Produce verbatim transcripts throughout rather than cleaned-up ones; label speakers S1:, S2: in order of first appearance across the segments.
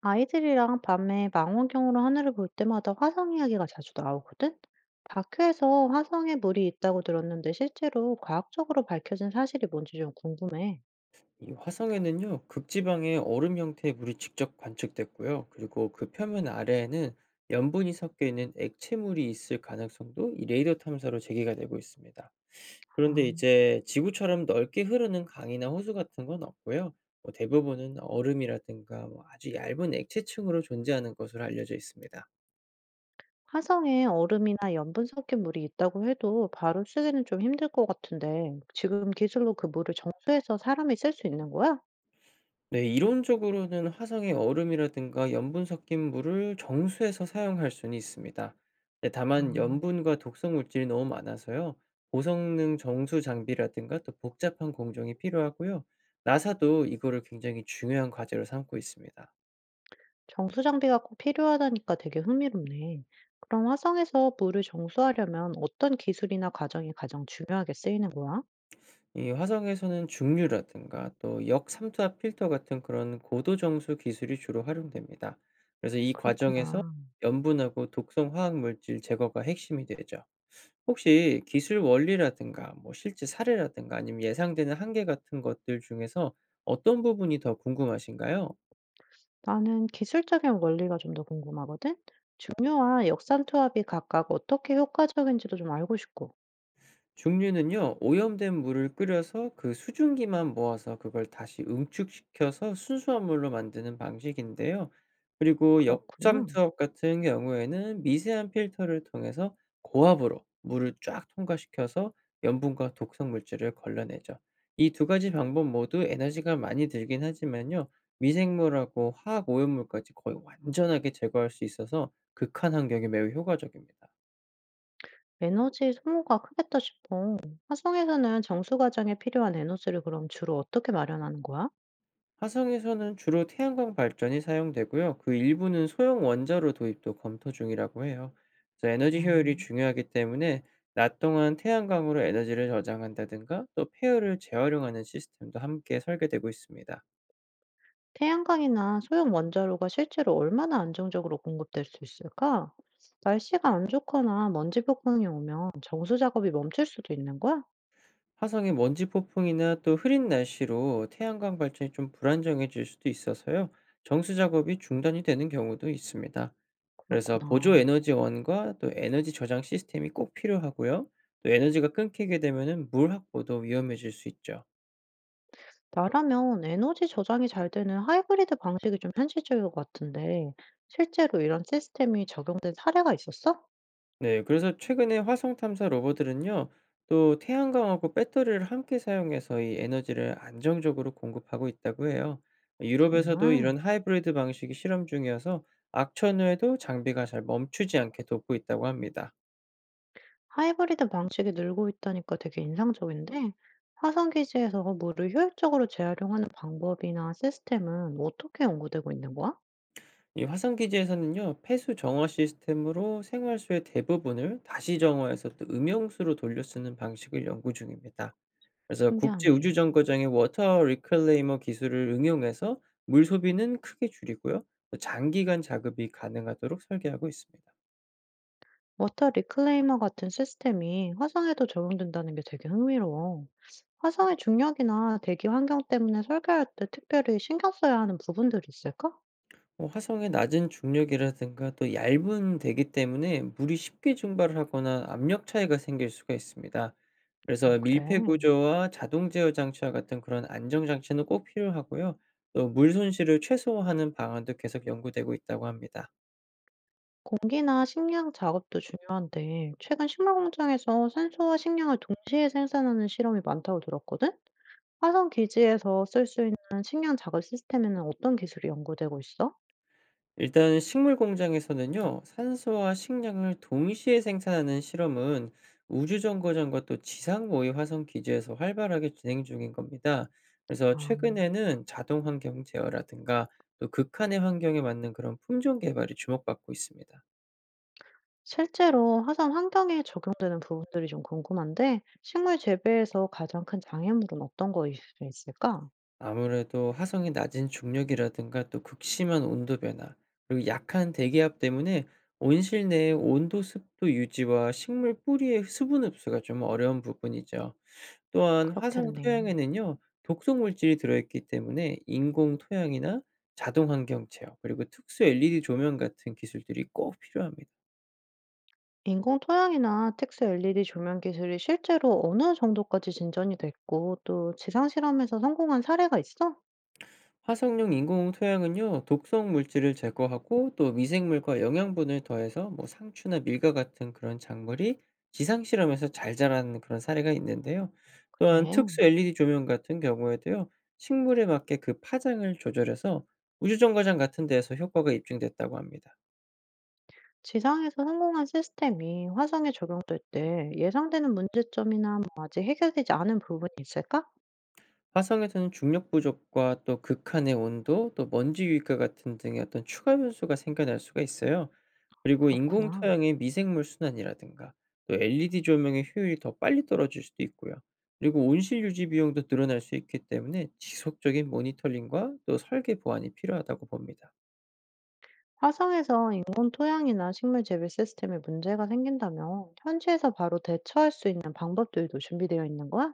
S1: 아이들이랑 밤에 망원경으로 하늘을 볼 때마다 화성 이야기가 자주 나오거든? 다큐에서 화성에 물이 있다고 들었는데 실제로 과학적으로 밝혀진 사실이 뭔지 좀 궁금해.
S2: 이 화성에는요, 극지방의 얼음 형태의 물이 직접 관측됐고요. 그리고 그 표면 아래에는 염분이 섞여 있는 액체물이 있을 가능성도 이 레이더 탐사로 제기가 되고 있습니다. 그런데
S1: 아,
S2: 이제 지구처럼 넓게 흐르는 강이나 호수 같은 건 없고요. 뭐 대부분은 얼음이라든가 뭐 아주 얇은 액체층으로 존재하는 것으로 알려져 있습니다.
S1: 화성에 얼음이나 염분 섞인 물이 있다고 해도 바로 쓰기는 좀 힘들 것 같은데 지금 기술로 그 물을 정수해서 사람이 쓸 수 있는 거야?
S2: 네. 이론적으로는 화성의 얼음이라든가 염분 섞인 물을 정수해서 사용할 수는 있습니다. 네,
S1: 아,
S2: 다만 염분과 독성 물질이 너무 많아서요. 고성능 정수 장비라든가 또 복잡한 공정이 필요하고요. 나사도 이거를 굉장히 중요한 과제로 삼고 있습니다.
S1: 정수 장비가 꼭 필요하다니까 되게 흥미롭네. 그럼 화성에서 물을 정수하려면 어떤 기술이나 과정이 가장 중요하게 쓰이는 거야?
S2: 이 화성에서는 중류라든가 또 역삼투압 필터 같은 그런 고도 정수 기술이 주로 활용됩니다. 그래서 이 과정에서
S1: 그렇구나.
S2: 염분하고 독성 화학 물질 제거가 핵심이 되죠. 혹시 기술 원리라든가 뭐 실제 사례라든가 아니면 예상되는 한계 같은 것들 중에서 어떤 부분이 더 궁금하신가요?
S1: 나는 기술적인 원리가 좀 더 궁금하거든? 중요한 역산 투합이 각각 어떻게 효과적인지도 좀 알고 싶고.
S2: 중류는요, 오염된 물을 끓여서 그 수증기만 모아서 그걸 다시 응축시켜서 순수한 물로 만드는 방식인데요. 그리고
S1: 그렇구나.
S2: 엽삼투압 같은 경우에는 미세한 필터를 통해서 고압으로 물을 쫙 통과시켜서 염분과 독성 물질을 걸러내죠. 이 두 가지 방법 모두 에너지가 많이 들긴 하지만요, 미생물하고 화학 오염물까지 거의 완전하게 제거할 수 있어서 극한 환경에 매우 효과적입니다.
S1: 에너지 소모가 크겠다 싶어. 화성에서는 정수 과정에 필요한 에너지를 그럼 주로 어떻게 마련하는 거야?
S2: 화성에서는 주로 태양광 발전이 사용되고요. 그 일부는 소형 원자로 도입도 검토 중이라고 해요. 그래서 에너지
S1: 어,
S2: 효율이 중요하기 때문에 낮 동안 태양광으로 에너지를 저장한다든가 또 폐열을 재활용하는 시스템도 함께 설계되고 있습니다.
S1: 태양광이나 소형 원자로가 실제로 얼마나 안정적으로 공급될 수 있을까? 날씨가 안 좋거나 먼지 폭풍이 오면 정수 작업이 멈출 수도 있는 거야?
S2: 화성의 먼지 폭풍이나 또 흐린 날씨로 태양광 발전이 좀 불안정해질 수도 있어서요. 정수 작업이 중단이 되는 경우도 있습니다. 그래서 보조
S1: 그렇구나.
S2: 에너지원과 또 에너지 저장 시스템이 꼭 필요하고요. 또 에너지가 끊기게 되면은 물 확보도 위험해질 수 있죠.
S1: 나라면 에너지 저장이 잘 되는 하이브리드 방식이 좀 현실적일 것 같은데, 실제로 이런 시스템이 적용된 사례가 있었어?
S2: 네, 그래서 최근에 화성 탐사 로버들은요. 또 태양광하고 배터리를 함께 사용해서 이 에너지를 안정적으로 공급하고 있다고 해요. 유럽에서도 이런
S1: 정말?
S2: 하이브리드 방식이 실험 중이어서 악천후에도 장비가 잘 멈추지 않게 돕고 있다고 합니다.
S1: 하이브리드 방식이 늘고 있다니까 되게 인상적인데, 화성기지에서 물을 효율적으로 재활용하는 방법이나 시스템은 어떻게 연구되고 있는 거야?
S2: 이 화산 기지에서는요, 폐수 정화 시스템으로 생활수의 대부분을 다시 정화해서 또 음용수로 돌려 쓰는 방식을 연구 중입니다. 그래서 국제 우주
S1: 신기하네.
S2: 정거장의 워터 리클레이머 기술을 응용해서 물 소비는 크게 줄이고요, 또 장기간 작업이 가능하도록 설계하고 있습니다.
S1: 워터 리클레이머 같은 시스템이 화성에도 적용된다는 게 되게 흥미로워. 화성의 중력이나 대기 환경 때문에 설계할 때 특별히 신경 써야 하는 부분들이 있을까?
S2: 어 화성의 낮은 중력이라든가 또 얇은 대기 때문에 물이 쉽게 증발을 하거나 압력 차이가 생길 수가 있습니다.
S1: 어,
S2: 그래서
S1: 그래.
S2: 밀폐 구조와 자동 제어 장치와 같은 그런 안정 장치는 꼭 필요하고요. 또 물 손실을 최소화하는 방안도 계속 연구되고 있다고 합니다.
S1: 공기나 식량 작업도 중요한데, 최근 식물 공장에서 산소와 식량을 동시에 생산하는 실험이 많다고 들었거든? 화성 기지에서 쓸 수 있는 식량 작업 시스템에는 어떤 기술이 연구되고 있어?
S2: 일단 식물 공장에서는요, 산소와 식량을 동시에 생산하는 실험은 우주 정거장과 또 지상 모의 화성 기지에서 활발하게 진행 중인 겁니다. 그래서
S1: 아,
S2: 최근에는 자동 환경 제어라든가 또 극한의 환경에 맞는 그런 품종 개발이 주목받고 있습니다.
S1: 실제로 화성 환경에 적용되는 부분들이 좀 궁금한데, 식물 재배에서 가장 큰 장애물은 어떤 것이 있을까?
S2: 아무래도 화성의 낮은 중력이라든가 또 극심한 온도 변화, 그리고 약한 대기압 때문에 온실 내의 온도 습도 유지와 식물 뿌리의 수분 흡수가 좀 어려운 부분이죠. 또한 화성
S1: 그렇겠네.
S2: 토양에는요, 독성 물질이 들어있기 때문에 인공 토양이나 자동 환경 제어, 그리고 특수 엘이디 조명 같은 기술들이 꼭 필요합니다.
S1: 인공 토양이나 텍스 엘이디 조명 기술이 실제로 어느 정도까지 진전이 됐고, 또 지상 실험에서 성공한 사례가 있어?
S2: 화성용 인공 토양은요, 독성 물질을 제거하고 또 미생물과 영양분을 더해서 뭐 상추나 밀가 같은 그런 작물이 지상 실험에서 잘 자라는 그런 사례가 있는데요. 또한
S1: 그래.
S2: 특수 엘이디 조명 같은 경우에도요, 식물에 맞게 그 파장을 조절해서 우주정거장 같은 데에서 효과가 입증됐다고 합니다.
S1: 지상에서 성공한 시스템이 화성에 적용될 때 예상되는 문제점이나 뭐 아직 해결되지 않은 부분이 있을까?
S2: 화성에서는 중력 부족과 또 극한의 온도, 또 먼지 유입과 같은 등의 어떤 추가 변수가 생겨날 수가 있어요. 그리고 인공
S1: 그렇구나.
S2: 토양의 미생물 순환이라든가 또 엘이디 조명의 효율이 더 빨리 떨어질 수도 있고요. 그리고 온실 유지 비용도 늘어날 수 있기 때문에 지속적인 모니터링과 또 설계 보완이 필요하다고 봅니다.
S1: 화성에서 인공 토양이나 식물 재배 시스템에 문제가 생긴다면 현지에서 바로 대처할 수 있는 방법들도 준비되어 있는 거야?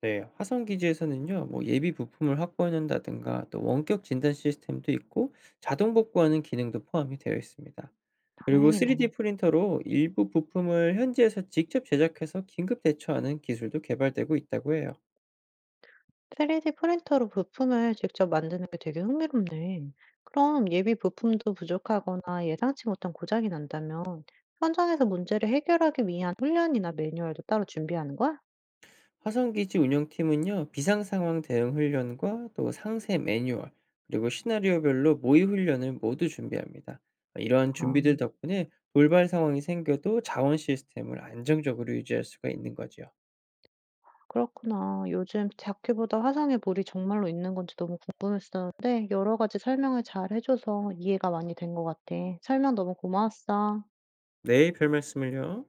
S2: 네, 화성 기지에서는요, 뭐 예비 부품을 확보한다든가 또 원격 진단 시스템도 있고 자동 복구하는 기능도 포함이 되어 있습니다. 그리고 쓰리디
S1: 다행이네.
S2: 프린터로 일부 부품을 현지에서 직접 제작해서 긴급 대처하는 기술도 개발되고 있다고 해요.
S1: 쓰리디 프린터로 부품을 직접 만드는 게 되게 흥미롭네. 그럼 예비 부품도 부족하거나 예상치 못한 고장이 난다면 현장에서 문제를 해결하기 위한 훈련이나 매뉴얼도 따로 준비하는 거야?
S2: 화성기지 운영팀은요, 비상 상황 대응 훈련과 또 상세 매뉴얼, 그리고 시나리오별로 모의 훈련을 모두 준비합니다. 이러한
S1: 아,
S2: 준비들 덕분에 돌발 상황이 생겨도 자원 시스템을 안정적으로 유지할 수가 있는 거죠.
S1: 그렇구나. 요즘 자켓보다 화상의 물이 정말로 있는 건지 너무 궁금했었는데 여러 가지 설명을 잘 해줘서 이해가 많이 된 것 같아. 설명 너무 고마웠어.
S2: 네, 별 말씀을요.